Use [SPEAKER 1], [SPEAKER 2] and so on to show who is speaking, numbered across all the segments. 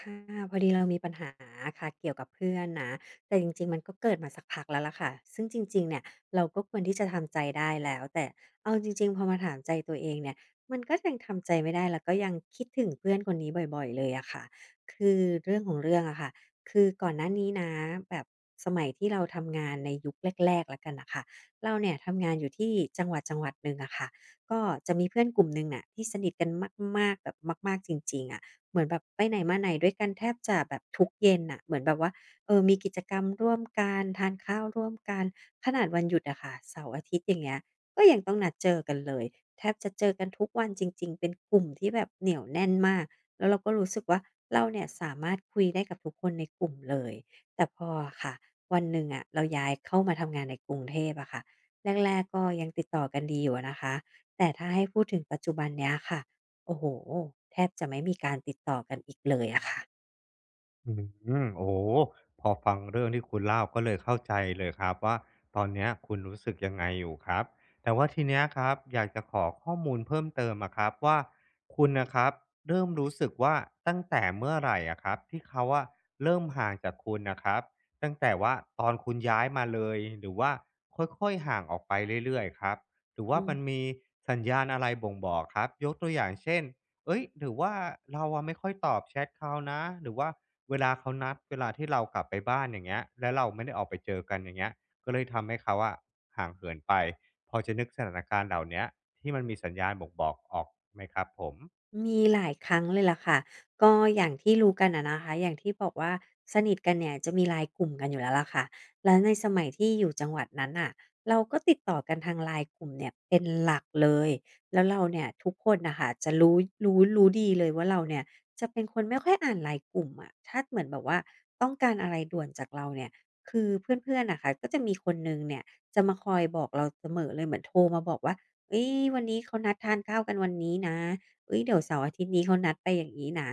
[SPEAKER 1] ค่ะพอดีเรามีปัญหาค่ะเกี่ยวกับเพื่อนนะแต่จริงๆมันก็เกิดมาสักพักแล้วล่ะค่ะซึ่งจริงๆเนี่ยเราก็ควรที่จะทำใจได้แล้วแต่เอาจริงๆพอมาถามใจตัวเองเนี่ยมันก็ยังทำใจไม่ได้แล้วก็ยังคิดถึงเพื่อนคนนี้บ่อยๆเลยอะค่ะคือเรื่องของเรื่องอะค่ะคือก่อนหน้านี้นะแบบสมัยที่เราทำงานในยุคแรกๆแล้วกันน่ะค่ะเราเนี่ยทำงานอยู่ที่จังหวัดจังหวัดหนึ่งอะค่ะก็จะมีเพื่อนกลุ่มหนึ่งน่ะที่สนิทกันมากๆแบบมากๆจริงๆอะ เหมือนแบบไปไหนมาไหนด้วยกันแทบจะแบบทุกเย็นน่ะเหมือนแบบว่าเออมีกิจกรรมร่วมกันทานข้าวร่วมกันขนาดวันหยุดอะค่ะเสาร์อาทิตย์อย่างเงี้ยก็ยังต้องนัดเจอกันเลยแทบจะเจอกันทุกวันจริงๆเป็นกลุ่มที่แบบเหนียวแน่นมากแล้วเราก็รู้สึกว่าเราเนี่ยสามารถคุยได้กับทุกคนในกลุ่มเลยแต่พออะค่ะวันหนึ่งอะเราย้ายเข้ามาทำงานในกรุงเทพอะค่ะแรกๆก็ยังติดต่อกันดีอยู่อะนะคะแต่ถ้าให้พูดถึงปัจจุบันเนี้ยค่ะ โอ้โห แทบจะไม่มีการติดต่อกันอีกเลยอะค่ะ
[SPEAKER 2] อืมโอ้โฮพอฟังเรื่องที่คุณเล่าก็เลยเข้าใจเลยครับว่าตอนเนี้ยคุณรู้สึกยังไงอยู่ครับแต่ว่าทีเนี้ยครับอยากจะขอข้อมูลเพิ่มเติมอะครับว่าคุณน่ะครับเริ่มรู้สึกว่าตั้งแต่เมื่อไหร่อะครับที่เขาอะเริ่มห่างจากคุณน่ะครับตั้งแต่ว่าตอนคุณย้ายมาเลยหรือว่าค่อยๆห่างออกไปเรื่อยๆครับหรือว่า
[SPEAKER 1] อื
[SPEAKER 2] มันมีสัญญาณอะไรบ่งบอกครับยกตัวอย่างเช่น เอ้ยหรือว่าเราอะไม่ค่อยตอบแชตเขานะหรือว่าเวลาเขานัดเวลาที่เรากลับไปบ้านอย่างเงี้ยแล้วเราไม่ได้ออกไปเจอกันอย่างเงี้ยก็เลยทำให้เขาอะห่างเหินไปพอจะนึกสถานการณ์เหล่าเนี้ยที่มันมีสัญญาณบ่งบอกออกไหมครับผม
[SPEAKER 1] มีหลายครั้งเลยล่ะค่ะก็อย่างที่รู้กันอะนะคะอย่างที่บอกว่าสนิทกันเนี่ยจะมี l i n กลุ่มกันอยู่แล้วล่ะค่ะแล้วในสมัยที่อยู่จังหวัดนั้นน่ะเราก็ติดต่อกันทาง l i n กลุ่มเนี่ยเป็นหลักเลยแล้วเราเนี่ยทุกคนน่ะค่ะจะรู้รู้ดีเลยว่าเราเนี่ยจะเป็นคนไม่ค่อยอ่าน l i n กลุ่มอะถ้าเหมือนแบบว่าต้องการอะไรด่วนจากเราเนี่ยคือเพื่อนๆน่ะค่ะก็จะมีคนหนึ่งเนี่ยจะมาคอยบอกเราเสมอเลยเหมือนโทรมาบอกว่าเฮ้ยวันนี้เขานัดทานข้าวกันวันนี้นะ เอ้ยเดี๋ยวเสาร์อาทิตย์นี้เขานัดไปอย่างนี้นะ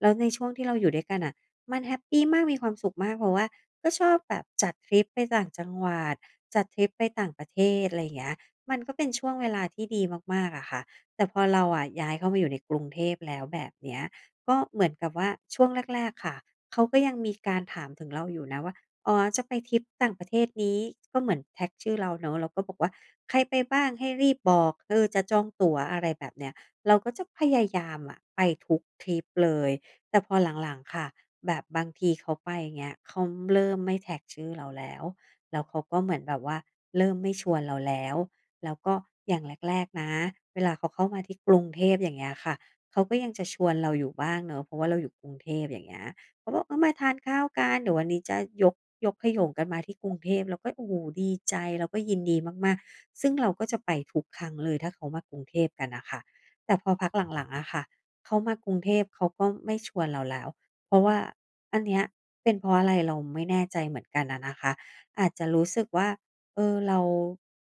[SPEAKER 1] แล้วในช่วงที่เราอยู่ด้วยกันน่ะมันแฮปปีมากมีความสุขมากเพราะว่าก็ชอบแบบจัดทริปไปต่างจังหวัดจัดทริปไปต่างประเทศอะไรอย่างเงี้ยมันก็เป็นช่วงเวลาที่ดีมากๆอะค่ะแต่พอเราอะย้ายเข้ามาอยู่ในกรุงเทพแล้วแบบเนี้ยก็เหมือนกับว่าช่วงแรกๆค่ะเขาก็ยังมีการถามถึงเราอยู่นะว่าอ๋อจะไปทริปต่างประเทศนี้ก็เหมือนแท็กชื่อเราเนาะแล้วก็บอกว่าใครไปบ้างให้รีบบอกเออจะจองตั๋วอะไรแบบเนี้ย เราก็จะพยายามอะไปทุกทริปเลยแต่พอหลังๆค่ะแบบบางทีเขาไปอย่างเงี้ยเขาเริ่มไม่แท็กชื่อเราแล้วแล้วเขาก็เหมือนแบบว่าเริ่มไม่ชวนเราแล้วแล้วก็อย่างแรกๆนะเวลาเขาเข้ามาที่กรุงเทพอย่างเงี้ยค่ะเขาก็ยังจะชวนเราอยู่บ้างเนาะเพราะว่าเราอยู่กรุงเทพอย่างเงี้ยเขาบอกเออมาทานข้าวกันเดี๋ยววันนี้จะยกยกขโยงกันมาที่กรุงเทพเราก็โอ้โฮดีใจเราก็ยินดีมากๆซึ่งเราก็จะไปทุกครั้งเลยถ้าเขามากรุงเทพกันน่ะค่ะ แต่พอพักหลังๆอะค่ะเขามากรุงเทพเขาก็ไม่ชวนเราแล้ว เพราะว่าอันเนี้ยเป็นเพราะอะไรเราไม่แน่ใจเหมือนกันอะนะคะอาจจะรู้สึกว่าเออเรา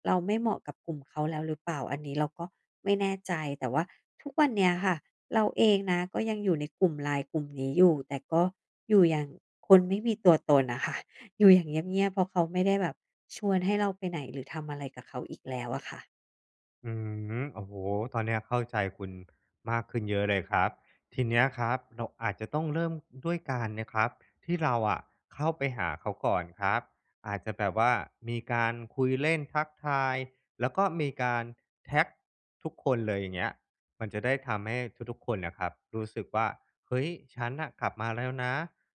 [SPEAKER 1] เราไม่เหมาะกับกลุ่มเขาแล้วหรือเปล่าอันนี้เราก็ไม่แน่ใจแต่ว่าทุกวันเนี้ยค่ะเราเองนะก็ยังอยู่ในกลุ่ม LINE กลุ่มนี้อยู่แต่ก็อยู่อย่างคนไม่มีตัวตนอะค่ะ อยู่อย่างเงียบๆเพราะเขาไม่ได้แบบชวนให้เราไปไหนหรือทำอะไรกับเขาอีกแล้วอะค่ะ
[SPEAKER 2] อืมโอ้โหตอนเนี้ยเข้าใจคุณมากขึ้นเยอะเลยครับทีเนี้ยครับเราอาจจะต้องเริ่มด้วยการนะครับที่เราอะเข้าไปหาเขาก่อนครับอาจจะแบบว่ามีการคุยเล่นทักทายแล้วก็มีการแท็กทุกคนเลยอย่างเงี้ยมันจะได้ทำให้ทุกๆคนนะครับรู้สึกว่าเฮ้ยฉันอ่ะกลับมาแล้วนะ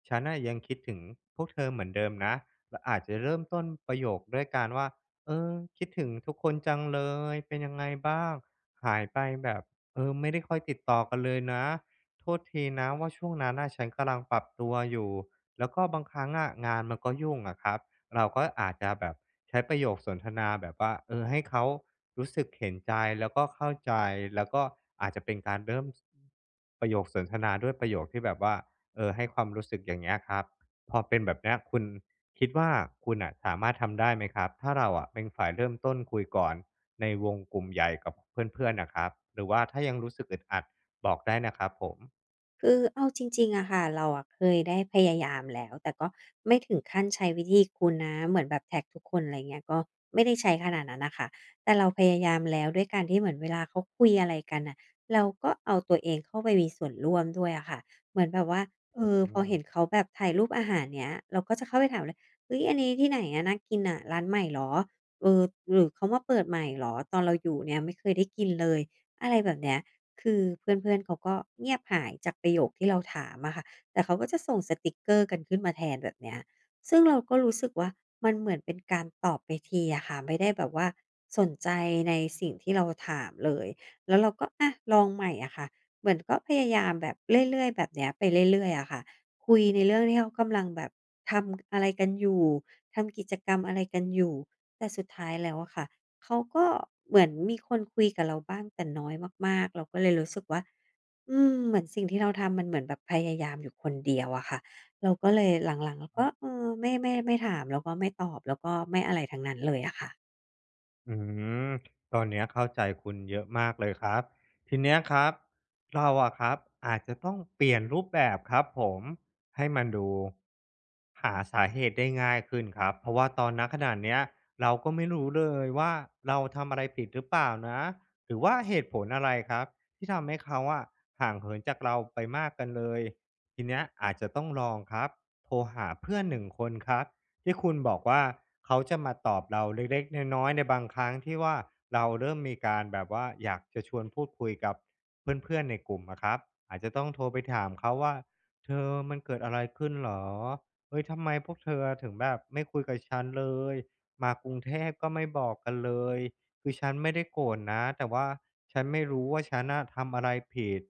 [SPEAKER 2] ฉันอ่ะยังคิดถึงพวกเธอเหมือนเดิมนะเราอาจจะเริ่มต้นประโยคด้วยการว่า เออคิดถึงทุกคนจังเลยเป็นยังไงบ้างหายไปแบบเออไม่ได้ค่อยติดต่อกันเลยนะโทษทีนะว่าช่วงนั้นน่ะฉันกำลังปรับตัวอยู่แล้วก็บางครั้งอะงานมันก็ยุ่งอะครับเราก็อาจจะแบบใช้ประโยคสนทนาแบบว่าเออให้เขารู้สึกเห็นใจแล้วก็เข้าใจแล้วก็อาจจะเป็นการเริ่มประโยคสนทนาด้วยประโยคที่แบบว่าเออให้ความรู้สึกอย่างเงี้ยครับพอเป็นแบบเนี้ยคุณ คิดว่าคุณอ่ะสามารถทำได้ไหมครับถ้าเราอะเป็นฝ่ายเริ่มต้นคุยก่อนในวงกลุ่มใหญ่กับเพื่อนๆนะครับหรือว่าถ้ายังรู้สึกอึดอัดบอกได้นะครับผม
[SPEAKER 1] คือเอาจริงๆอะค่ะเราอะเคยได้พยายามแล้วแต่ก็ไม่ถึงขั้นใช้วิธีคุณนะเหมือนแบบแท็กทุกคนอะไรเงี้ยก็ไม่ได้ใช้ขนาดนั้นน่ะค่ะแต่เราพยายามแล้วด้วยการที่เหมือนเวลาเขาคุยอะไรกันน่ะเราก็เอาตัวเองเข้าไปมีส่วนร่วมด้วยอะค่ะเหมือนแบบว่าเออ
[SPEAKER 2] อื
[SPEAKER 1] พอเห็น
[SPEAKER 2] ม
[SPEAKER 1] เขาแบบถ่ายรูปอาหารเงี้ยเราก็จะเข้าไปถามเลยเฮ้ยอันนี้ที่ไหนอะน่ากินน่ะร้านใหม่เหรอเออหรือเขามาเปิดใหม่เหรอตอนเราอยู่เนี่ยไม่เคยได้กินเลยอะไรแบบเนี้ย คือเพื่อนๆเขาก็เงียบหายจากประโยคที่เราถามอะค่ะแต่เขาก็จะส่งสติกเกอร์กันขึ้นมาแทนแบบเนี้ยซึ่งเราก็รู้สึกว่ามันเหมือนเป็นการตอบไปทีอะค่ะไม่ได้แบบว่าสนใจในสิ่งที่เราถามเลยแล้วเราก็อะลองใหม่อะค่ะเหมือนก็พยายามแบบเรื่อยๆแบบเนี้ยไปเรื่อยๆอะค่ะคุยในเรื่องที่เขากำลังแบบทำอะไรกันอยู่ทำกิจกรรมอะไรกันอยู่แต่สุดท้ายแล้วอะค่ะ เขาก็เหมือนมีคนคุยกับเราบ้างแต่น้อยมากๆเราก็เลยรู้สึกว่าอืมเหมือนสิ่งที่เราทำมันเหมือนแบบพยายามอยู่คนเดียวอะค่ะเราก็เลยหลังๆเราก็เออไม่ถามแล้วก็ไม่ตอบแล้วก็ไม่อะไรทั้งนั้นเลยอะค่ะ
[SPEAKER 2] อืมตอนเนี้ยเข้าใจคุณเยอะมากเลยครับทีเนี้ยครับเราอะครับอาจจะต้องเปลี่ยนรูปแบบครับผมให้มันดูหาสาเหตุได้ง่ายขึ้นครับเพราะว่าตอนนัขนาดเนี้ยเราก็ไม่รู้เลยว่าเราทำอะไรผิดหรือเปล่านะหรือว่าเหตุผลอะไรครับที่ทำให้เขาอะห่างเหินจากเราไปมากกันเลยทีเนี้ยอาจจะต้องลองครับโทรหาเพื่อนหนึ่งคนครับ ที่คุณบอกว่าเขาจะมาตอบเราเล็กๆน้อยๆในบางครั้งที่ว่าเราเริ่มมีการแบบว่าอยากจะชวนพูดคุยกับเพื่อนๆในกลุ่มอะครับอาจจะต้องโทรไปถามเขาว่าเธอมันเกิดอะไรขึ้นเหรอเฮ้ยทำไมพวกเธอถึงแบบไม่คุยกับฉันเลยมากรุงเทพก็ไม่บอกกันเลยคือฉันไม่ได้โกรธนะแต่ว่าฉันไม่รู้ว่าฉันน่ะทำอะไรผิด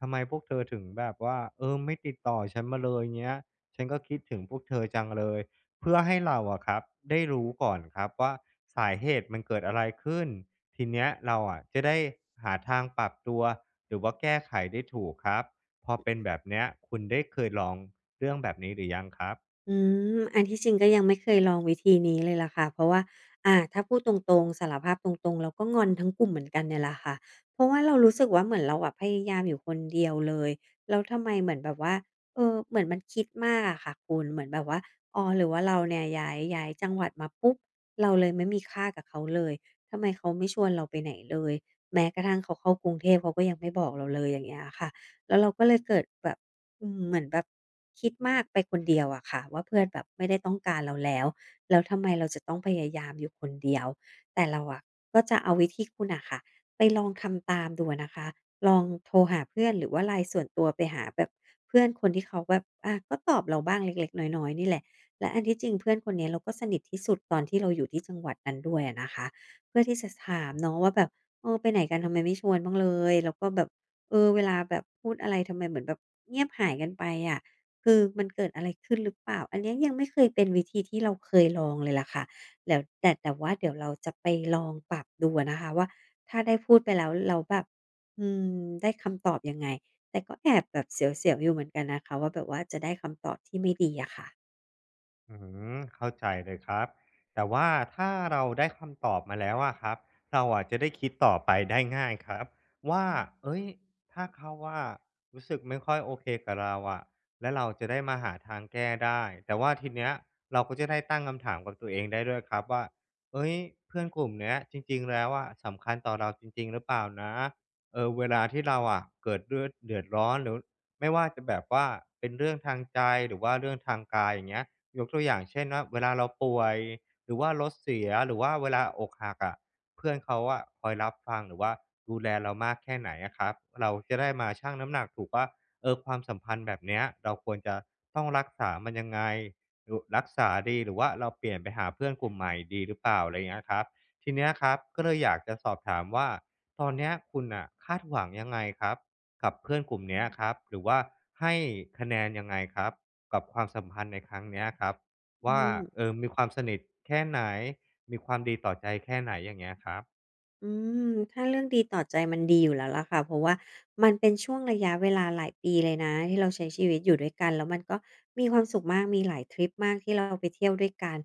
[SPEAKER 2] ทำไมพวกเธอถึงแบบว่าเออไม่ติดต่อฉันมาเลยเงี้ยฉันก็คิดถึงพวกเธอจังเลย เพื่อให้เราอะครับได้รู้ก่อนครับว่าสาเหตุมันเกิดอะไรขึ้นทีเนี้ยเราอะจะได้หาทางปรับตัวหรือว่าแก้ไขได้ถูกครับพอเป็นแบบเนี้ยคุณได้เคยลองเรื่องแบบนี้หรือยังครับ
[SPEAKER 1] อืมอันที่จริงก็ยังไม่เคยลองวิธีนี้เลยล่ะค่ะเพราะว่าถ้าพูดตรงๆสารภาพตรงๆเราก็งอนทั้งกลุ่มเหมือนกันเนี่ยแหละค่ะเพราะว่าเรารู้สึกว่าเหมือนเราอะพยายามอยู่คนเดียวเลยแล้วทำไมเหมือนแบบว่าเออเหมือนมันคิดมากอะค่ะคุณเหมือนแบบว่าอ๋อหรือว่าเราเนี่ยย้ายจังหวัดมาปุ๊บเราเลยไม่มีค่ากับเขาเลยทำไมเขาไม่ชวนเราไปไหนเลยแม้กระทั่งเขาเข้ากรุงเทพเขาก็ยังไม่บอกเราเลยอย่างเงี้ยอะค่ะแล้วเราก็เลยเกิดแบบ อืมเหมือนแบบคิดมากไปคนเดียวอะค่ะว่าเพื่อนแบบไม่ได้ต้องการเราแล้วแล้วทำไมเราจะต้องพยายามอยู่คนเดียวแต่เราอะก็จะเอาวิธีคุณน่ะค่ะไปลองทำตามดูอะนะคะลองโทรหาเพื่อนหรือว่า LINE ส่วนตัวไปหาแบบเพื่อนคนที่เขาแบบอาก็ตอบเราบ้างเล็กๆน้อยๆนี่แหละและอันที่จริงเพื่อนคนเนี้ยเราก็สนิทที่สุดตอนที่เราอยู่ที่จังหวัดนั้นด้วยอะนะคะเพื่อที่จะถามเนาะว่าแบบเออไปไหนกันทำไมไม่ชวนบ้างเลยแล้วก็แบบ เออเวลาแบบพูดอะไรทำไมเหมือนแบบเงียบหายกันไปอะคือมันเกิดอะไรขึ้นหรือเปล่าอันเนี้ยยังไม่เคยเป็นวิธีที่เราเคยลองเลยล่ะค่ะแล้วแต่ว่าเดี๋ยวเราจะไปลองปรับดูอะนะคะว่าถ้าได้พูดไปแล้วแล้วแบบอืมได้คำตอบยังไงแต่ก็แอบแบบเสียวๆอยู่เหมือนกันนะคะว่าแบบว่าจะได้คำตอบที่ไม่ดีอะค่ะ
[SPEAKER 2] อืมเข้าใจเลยครับแต่ว่าถ้าเราได้คำตอบมาแล้วอะครับเราอะจะได้คิดต่อไปได้ง่ายครับว่าเอ้ยถ้าเขาว่ารู้สึกไม่ค่อยโอเคกับเราอะแล้วเราจะได้มาหาทางแก้ได้แต่ว่าทีเนี้ยเราก็จะได้ตั้งคำถามกับตัวเองได้ด้วยครับว่าเอ้ยเพื่อนกลุ่มเนี้ยจริงๆแล้วอะสำคัญต่อเราจริงๆหรือเปล่านะเออเวลาที่เราอะเกิดเรื่องเดือดร้อนหรือไม่ว่าจะแบบว่าเป็นเรื่องทางใจหรือว่าเรื่องทางกายอย่างเงี้ย ยกตัวอย่างเช่นว่าเวลาเราป่วยหรือว่ารถเสียหรือว่าเวลาอกหักอะเพื่อนเขาอะคอยรับฟังหรือว่าดูแลเรามากแค่ไหนอะครับเราจะได้มาชั่งน้ำหนักถูกว่าเออความสัมพันธ์แบบเนี้ยเราควรจะต้องรักษามันยังไงหรือรักษาดีหรือว่าเราเปลี่ยนไปหาเพื่อนกลุ่มใหม่ดีหรือเปล่าอะไรอย่างเงี้ยครับทีเนี้ยครับก็เลยอยากจะสอบถามว่าตอนเนี้ยคุณน่ะคาดหวังยังไงครับกับเพื่อนกลุ่มเนี้ยครับหรือว่าให้คะแนนยังไงครับ กับความสัมพันธ์ในครั้งเนี้ยครับ
[SPEAKER 1] อื
[SPEAKER 2] ว่า
[SPEAKER 1] ม
[SPEAKER 2] เออมีความสนิทแค่ไหนมีความดีต่อใจแค่ไหนอย่างเงี้ยครับ
[SPEAKER 1] อืมถ้าเรื่องดีต่อใจมันดีอยู่แล้วล่ะค่ะเพราะว่ามันเป็นช่วงระยะเวลาหลายปีเลยนะที่เราใช้ชีวิตอยู่ด้วยกันแล้วมันก็มีความสุขมากมีหลายทริปมากที่เราไปเที่ยวด้วยกัน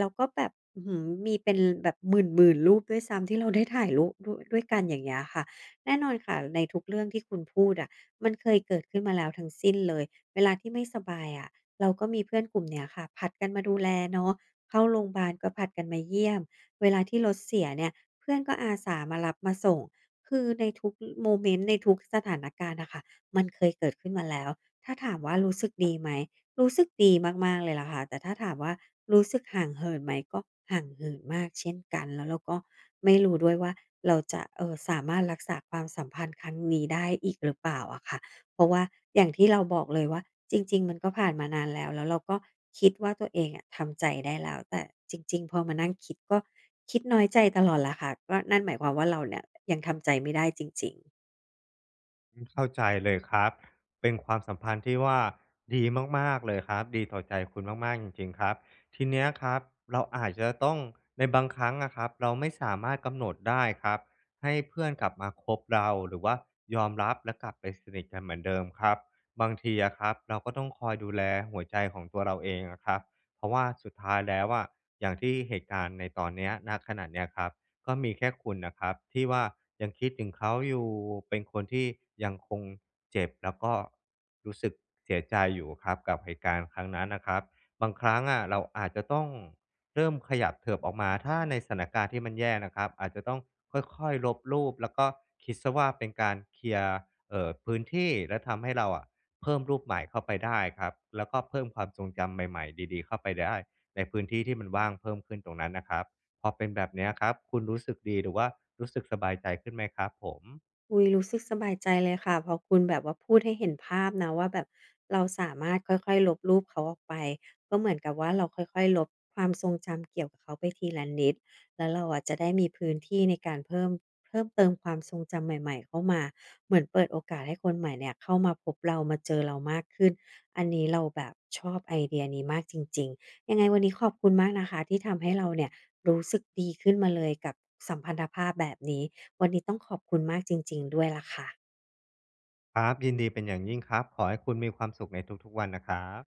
[SPEAKER 1] เราก็แบบอื้อฮือมีเป็นแบบหมื่นๆรูปด้วยซ้ำที่เราได้ถ่ายรูปด้วยกันอย่างเงี้ยค่ะแน่นอนค่ะในทุกเรื่องที่คุณพูดอะมันเคยเกิดขึ้นมาแล้วทั้งสิ้นเลยเวลาที่ไม่สบายอะเราก็มีเพื่อนกลุ่มเนี้ยค่ะผลัดกันมาดูแลเนาะเข้าโรงพยาบาลก็ผลัดกันมาเยี่ยมเวลาที่รถเสียเนี่ย เพื่อนก็อาสามารับมาส่ง คือในทุกโมเมนต์ในทุกสถานการณ์น่ะค่ะมันเคยเกิดขึ้นมาแล้วถ้าถามว่ารู้สึกดีไหมรู้สึกดีมากๆเลยล่ะค่ะแต่ถ้าถามว่ารู้สึกห่างเหินไหมก็ห่างเหินมากเช่นกันแล้วเราก็ไม่รู้ด้วยว่าเราจะสามารถรักษาความสัมพันธ์ครั้งนี้ได้อีกหรือเปล่าอะค่ะ เพราะว่าอย่างที่เราบอกเลยว่าจริงๆมันก็ผ่านมานานแล้วแล้วเราก็คิดว่าตัวเองอะทำใจได้แล้วแต่จริงๆพอมานั่งคิดก็คิดน้อยใจตลอดแหละค่ะก็นั่นหมายความว่าเราเนี่ยยังทำใจไม่ได้จริงๆ
[SPEAKER 2] อืมเข้าใจเลยครับ เป็นความสัมพันธ์ที่ว่าดีมากๆเลยครับดีต่อใจคุณมากๆจริงๆครับทีเนี้ยครับเราอาจจะต้องในบางครั้งอะครับเราไม่สามารถกำหนดได้ครับให้เพื่อนกลับมาคบเราหรือว่ายอมรับและกลับไปสนิทกันเหมือนเดิมครับบางทีอะครับเราก็ต้องคอยดูแลหัวใจของตัวเราเองอะครับเพราะว่าสุดท้ายแล้วอะอย่างที่เหตุการณ์ในตอนเนี้ยณขณะเนี้ยครับ ก็มีแค่คุณนะครับที่ว่ายังคิดถึงเขาอยู่เป็นคนที่ยังคงเจ็บแล้วก็รู้สึกเสียใจอยู่ครับกับเหตุการณ์ครั้งนั้นนะครับบางครั้งอะเราอาจจะต้องเริ่มขยับเถิบออกมาถ้าในสถานการณ์ที่มันแย่นะครับอาจจะต้องค่อยๆลบรูปแล้วก็คิดเสียว่าเป็นการเคลียร์พื้นที่และทำให้เราอะเพิ่มรูปใหม่เข้าไปได้ครับแล้วก็เพิ่มความทรงจำใหม่ๆดีๆเข้าไปได้ในพื้นที่ที่มันว่างเพิ่มขึ้นตรงนั้นนะครับ พอเป็นแบบเนี้ยครับ คุณรู้สึกดีหรือว่ารู้สึกสบายใจขึ้นไหมครับผม
[SPEAKER 1] อุ๊ยรู้สึกสบายใจเลยค่ะพอคุณแบบว่าพูดให้เห็นภาพนะว่าแบบเราสามารถค่อยๆลบรูปเขาออกไปก็เหมือนกับว่าเราค่อยๆลบความทรงจำเกี่ยวกับเขาไปทีละนิดแล้วเราอะจะได้มีพื้นที่ในการเพิ่มเติมความทรงจำใหม่ๆเข้ามาเหมือนเปิดโอกาสให้คนใหม่เนี่ยเข้ามาพบเรามาเจอเรามากขึ้นอันนี้เราแบบชอบไอเดียนี้มากจริงๆยังไงวันนี้ขอบคุณมากนะคะที่ทำให้เราเนี่ย รู้สึกดีขึ้นมาเลยกับสัมพันธภาพแบบนี้วันนี้ต้องขอบคุณมากจริงๆด้วยล่ะค่ะ
[SPEAKER 2] ครับยินดีเป็นอย่างยิ่งครับ ขอให้คุณมีความสุขในทุกๆวันนะครับ